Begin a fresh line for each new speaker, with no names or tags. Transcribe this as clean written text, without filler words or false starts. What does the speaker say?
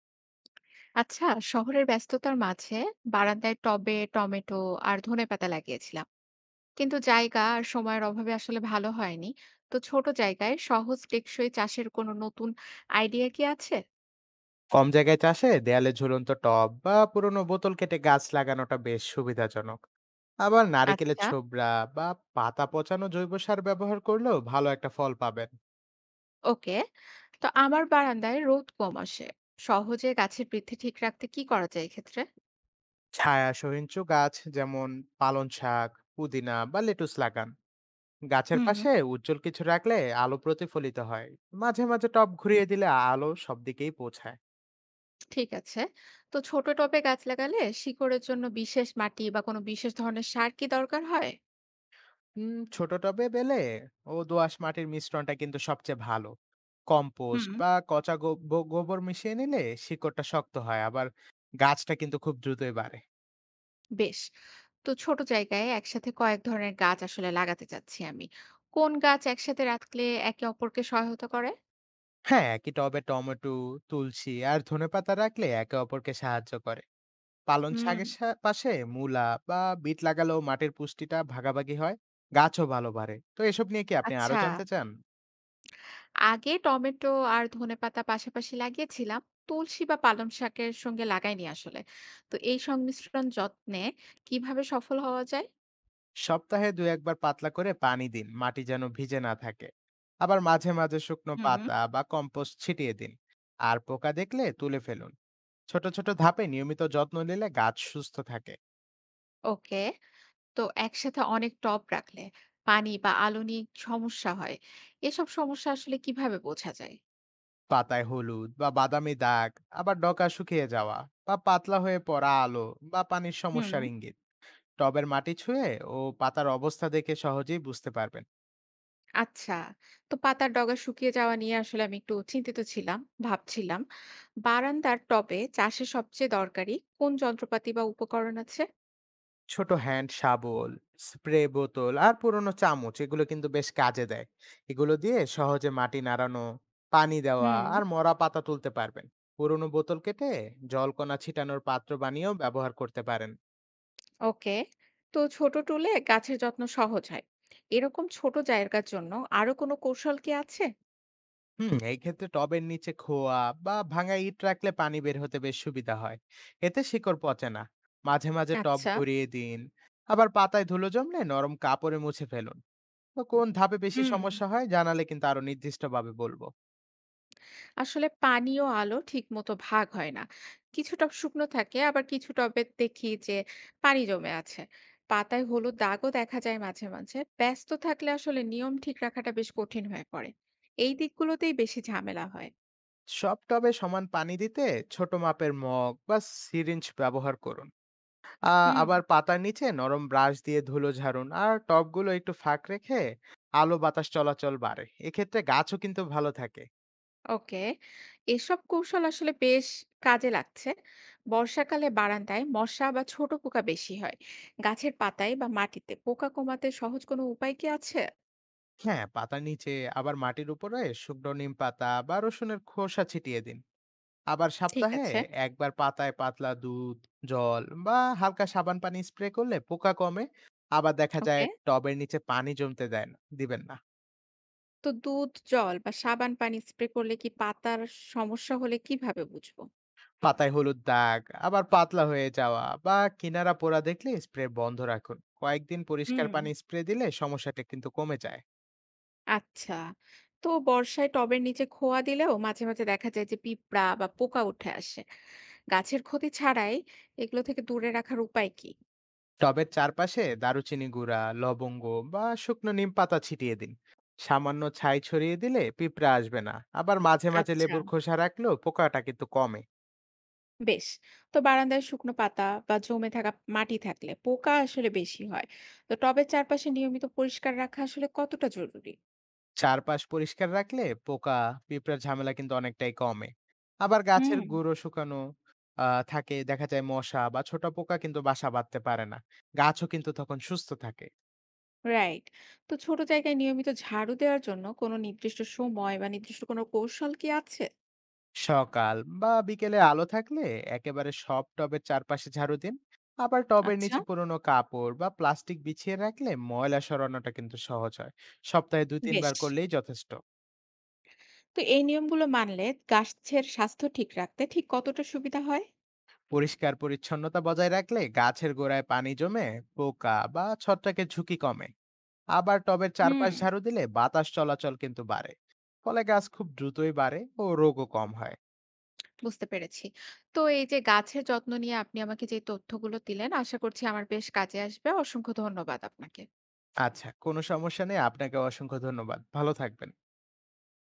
আচ্ছা, শহরের ব্যস্ততার মাঝে বারান্দায় টবে টমেটো আর ধনেপাতা লাগিয়েছিলাম, কিন্তু জায়গা আর সময়ের অভাবে আসলে ভালো হয়নি। তো ছোট জায়গায় সহজ টেকসই চাষের কোনো নতুন আইডিয়া কি আছে?
কম জায়গায় চাষে দেয়ালে ঝুলন্ত টব বা পুরনো বোতল কেটে গাছ লাগানোটা বেশ সুবিধাজনক। আবার নারিকেলের
আচ্ছা।
ছোবড়া বা পাতা পচানো জৈব সার ব্যবহার করলেও ভালো একটা ফল পাবেন।
ওকে, তো আমার বারান্দায় রোদ কম আসে, সহজে গাছের বৃদ্ধি ঠিক রাখতে কি করা যায় এক্ষেত্রে?
ছায়া সহিঞ্চু গাছ যেমন পালং শাক, পুদিনা বা লেটুস লাগান। গাছের
হুম হুম।
পাশে উজ্জ্বল কিছু রাখলে আলো প্রতিফলিত হয়। মাঝে মাঝে টব ঘুরিয়ে দিলে আলো সব দিকেই পৌঁছায়।
ঠিক আছে, তো ছোট টবে গাছ লাগালে শিকড়ের জন্য বিশেষ মাটি বা কোনো বিশেষ ধরনের সার কি দরকার হয়?
ছোট টবে বেলে ও দোআঁশ মাটির মিশ্রণটা কিন্তু সবচেয়ে ভালো। Compost
hmm.
বা পচা গো- গো- গোবর মিশিয়ে নিলে শিকড়টা শক্ত হয়, আবার গাছটা কিন্তু খুব দ্রুতই বাড়ে।
বেশ, তো ছোট জায়গায় একসাথে কয়েক ধরনের গাছ আসলে লাগাতে চাচ্ছি আমি। কোন গাছ একসাথে রাখলে একে অপরকে সহায়তা করে?
হ্যাঁ, একই টবে টমেটো, তুলসী আর ধনেপাতা রাখলে একে অপরকে সাহায্য করে। পালং
হুম।
শাকের পাশে মূলা বা বিট লাগালেও মাটির পুষ্টিটা ভাগাভাগি হয়, গাছও ভালো বাড়ে। তো এসব নিয়ে কি আপনি আরো
আচ্ছা,
জানতে চান?
আগে টমেটো আর ধনেপাতা পাশাপাশি লাগিয়েছিলাম, তুলসী বা পালং শাকের সঙ্গে লাগাইনি আসলে। তো এই সংমিশ্রণ যত্নে কিভাবে সফল হওয়া যায়?
সপ্তাহে দু একবার পাতলা করে পানি দিন, মাটি যেন ভিজে না থাকে। আবার মাঝে মাঝে শুকনো
হুম।
পাতা বা কম্পোস্ট ছিটিয়ে দিন। আর পোকা দেখলে তুলে ফেলুন। ছোট ছোট ধাপে নিয়মিত যত্ন নিলে গাছ সুস্থ থাকে।
ওকে, তো একসাথে অনেক টব রাখলে পানি বা আলো নিয়ে সমস্যা হয়, এসব সমস্যা আসলে কিভাবে বোঝা যায়?
পাতায় হলুদ বা বাদামি দাগ, আবার ডকা শুকিয়ে যাওয়া বা পাতলা হয়ে পড়া আলো বা পানির
হুম।
সমস্যার ইঙ্গিত। টবের মাটি ছুঁয়ে ও পাতার অবস্থা দেখে সহজেই বুঝতে পারবেন।
আচ্ছা। তো পাতার ডগা শুকিয়ে যাওয়া নিয়ে আসলে আমি একটু চিন্তিত ছিলাম। ভাবছিলাম, বারান্দার টবে চাষে সবচেয়ে দরকারি কোন যন্ত্রপাতি বা উপকরণ আছে?
ছোট হ্যান্ড শাবল, স্প্রে বোতল আর পুরনো চামচ এগুলো কিন্তু বেশ কাজে দেয়। এগুলো দিয়ে সহজে মাটি নাড়ানো, পানি দেওয়া
হুম।
আর মরা পাতা তুলতে পারবেন। পুরনো বোতল কেটে জলকণা ছিটানোর পাত্র বানিয়েও ব্যবহার করতে পারেন।
ওকে। তো ছোট টুলে গাছের যত্ন সহজ হয়। এরকম ছোট জায়গার জন্য আরো কোনো কৌশল কি আছে?
হুম, এই ক্ষেত্রে টবের নিচে খোয়া বা ভাঙা ইট রাখলে পানি বের হতে বেশ সুবিধা হয়। এতে শিকড় পচে না। মাঝে মাঝে টব
আচ্ছা।
ঘুরিয়ে দিন। আবার পাতায় ধুলো জমলে নরম কাপড়ে মুছে ফেলুন। তো কোন ধাপে বেশি
হুম।
সমস্যা হয় জানালে কিন্তু আরো নির্দিষ্টভাবে বলবো।
আসলে পানি ও আলো ঠিকমতো ভাগ হয় না, কিছু টব শুকনো থাকে, আবার কিছু টবে দেখি যে পানি জমে আছে। পাতায় হলুদ দাগও দেখা যায়। মাঝে মাঝে ব্যস্ত থাকলে আসলে নিয়ম ঠিক রাখাটা বেশ কঠিন হয়ে পড়ে, এই দিকগুলোতেই বেশি ঝামেলা হয়।
সব টবে সমান পানি দিতে ছোট মাপের মগ বা সিরিঞ্জ ব্যবহার করুন। আ,
হুম।
আবার পাতার নিচে নরম ব্রাশ দিয়ে ধুলো ঝাড়ুন আর টবগুলো একটু ফাঁক রেখে আলো বাতাস চলাচল বাড়ে, এক্ষেত্রে গাছও কিন্তু ভালো থাকে।
ওকে, এসব কৌশল আসলে বেশ কাজে লাগছে। বর্ষাকালে বারান্দায় মশা বা ছোট পোকা বেশি হয়, গাছের পাতায় বা মাটিতে পোকা কমাতে সহজ কোনো উপায় কি আছে?
হ্যাঁ, পাতার নিচে আবার মাটির উপরে শুকনো নিম পাতা বা রসুনের খোসা ছিটিয়ে দিন। আবার
ঠিক
সপ্তাহে
আছে।
একবার পাতায় পাতলা দুধ, জল বা হালকা সাবান পানি স্প্রে করলে পোকা কমে। আবার দেখা যায়
ওকে,
টবের নিচে পানি জমতে দেয় না দিবেন না।
তো দুধ, জল বা সাবান পানি স্প্রে করলে কি পাতার সমস্যা হলে কিভাবে বুঝবো?
পাতায় হলুদ দাগ, আবার পাতলা হয়ে যাওয়া বা কিনারা পোড়া দেখলে স্প্রে বন্ধ রাখুন। কয়েকদিন পরিষ্কার
হুম।
পানি স্প্রে দিলে সমস্যাটা কিন্তু কমে যায়।
আচ্ছা। তো বর্ষায় টবের নিচে খোয়া দিলেও মাঝে, মাঝে দেখা যায় যে পিঁপড়া বা পোকা উঠে আসে। গাছের ক্ষতি ছাড়াই এগুলো থেকে দূরে রাখার উপায় কি?
টবের চারপাশে দারুচিনি গুঁড়া, লবঙ্গ বা শুকনো নিম পাতা ছিটিয়ে দিন। সামান্য ছাই ছড়িয়ে দিলে পিঁপড়া আসবে না। আবার মাঝে মাঝে
আচ্ছা।
লেবুর খোসা রাখলেও পোকাটা কিন্তু কমে।
বেশ, তো বারান্দায় শুকনো পাতা বা জমে থাকা মাটি থাকলে পোকা আসলে বেশি হয়। তো টবের চারপাশে নিয়মিত পরিষ্কার রাখা আসলে কতটা জরুরি?
চারপাশ পরিষ্কার রাখলে পোকা পিঁপড়ার ঝামেলা কিন্তু অনেকটাই কমে। আবার গাছের
হুম।
গুঁড়ো শুকানো থাকে দেখা যায় মশা বা ছোট পোকা কিন্তু বাসা বাঁধতে পারে না, গাছও কিন্তু তখন সুস্থ থাকে।
রাইট, তো ছোট জায়গায় নিয়মিত ঝাড়ু দেওয়ার জন্য কোনো নির্দিষ্ট সময় বা নির্দিষ্ট কোনো কৌশল কি আছে?
সকাল বা বিকেলে আলো থাকলে একেবারে সব টবের চারপাশে ঝাড়ু দিন। আবার টবের
আচ্ছা।
নিচে পুরোনো কাপড় বা প্লাস্টিক বিছিয়ে রাখলে ময়লা সরানোটা কিন্তু সহজ হয়। সপ্তাহে দুই তিনবার
বেশ,
করলেই যথেষ্ট।
তো এই নিয়মগুলো মানলে গাছের স্বাস্থ্য ঠিক রাখতে ঠিক কতটা সুবিধা হয়?
পরিষ্কার পরিচ্ছন্নতা বজায় রাখলে গাছের গোড়ায় পানি জমে পোকা বা ছত্রাকের ঝুঁকি কমে। আবার টবের চারপাশ
হুম।
ঝাড়ু দিলে বাতাস চলাচল কিন্তু বাড়ে, ফলে গাছ খুব দ্রুতই বাড়ে ও রোগও কম হয়।
বুঝতে পেরেছি, তো এই যে গাছের যত্ন নিয়ে আপনি আমাকে যে তথ্যগুলো দিলেন, আশা করছি আমার বেশ কাজে আসবে। অসংখ্য ধন্যবাদ আপনাকে।
আচ্ছা, কোনো সমস্যা নেই। আপনাকে অসংখ্য ধন্যবাদ, ভালো থাকবেন।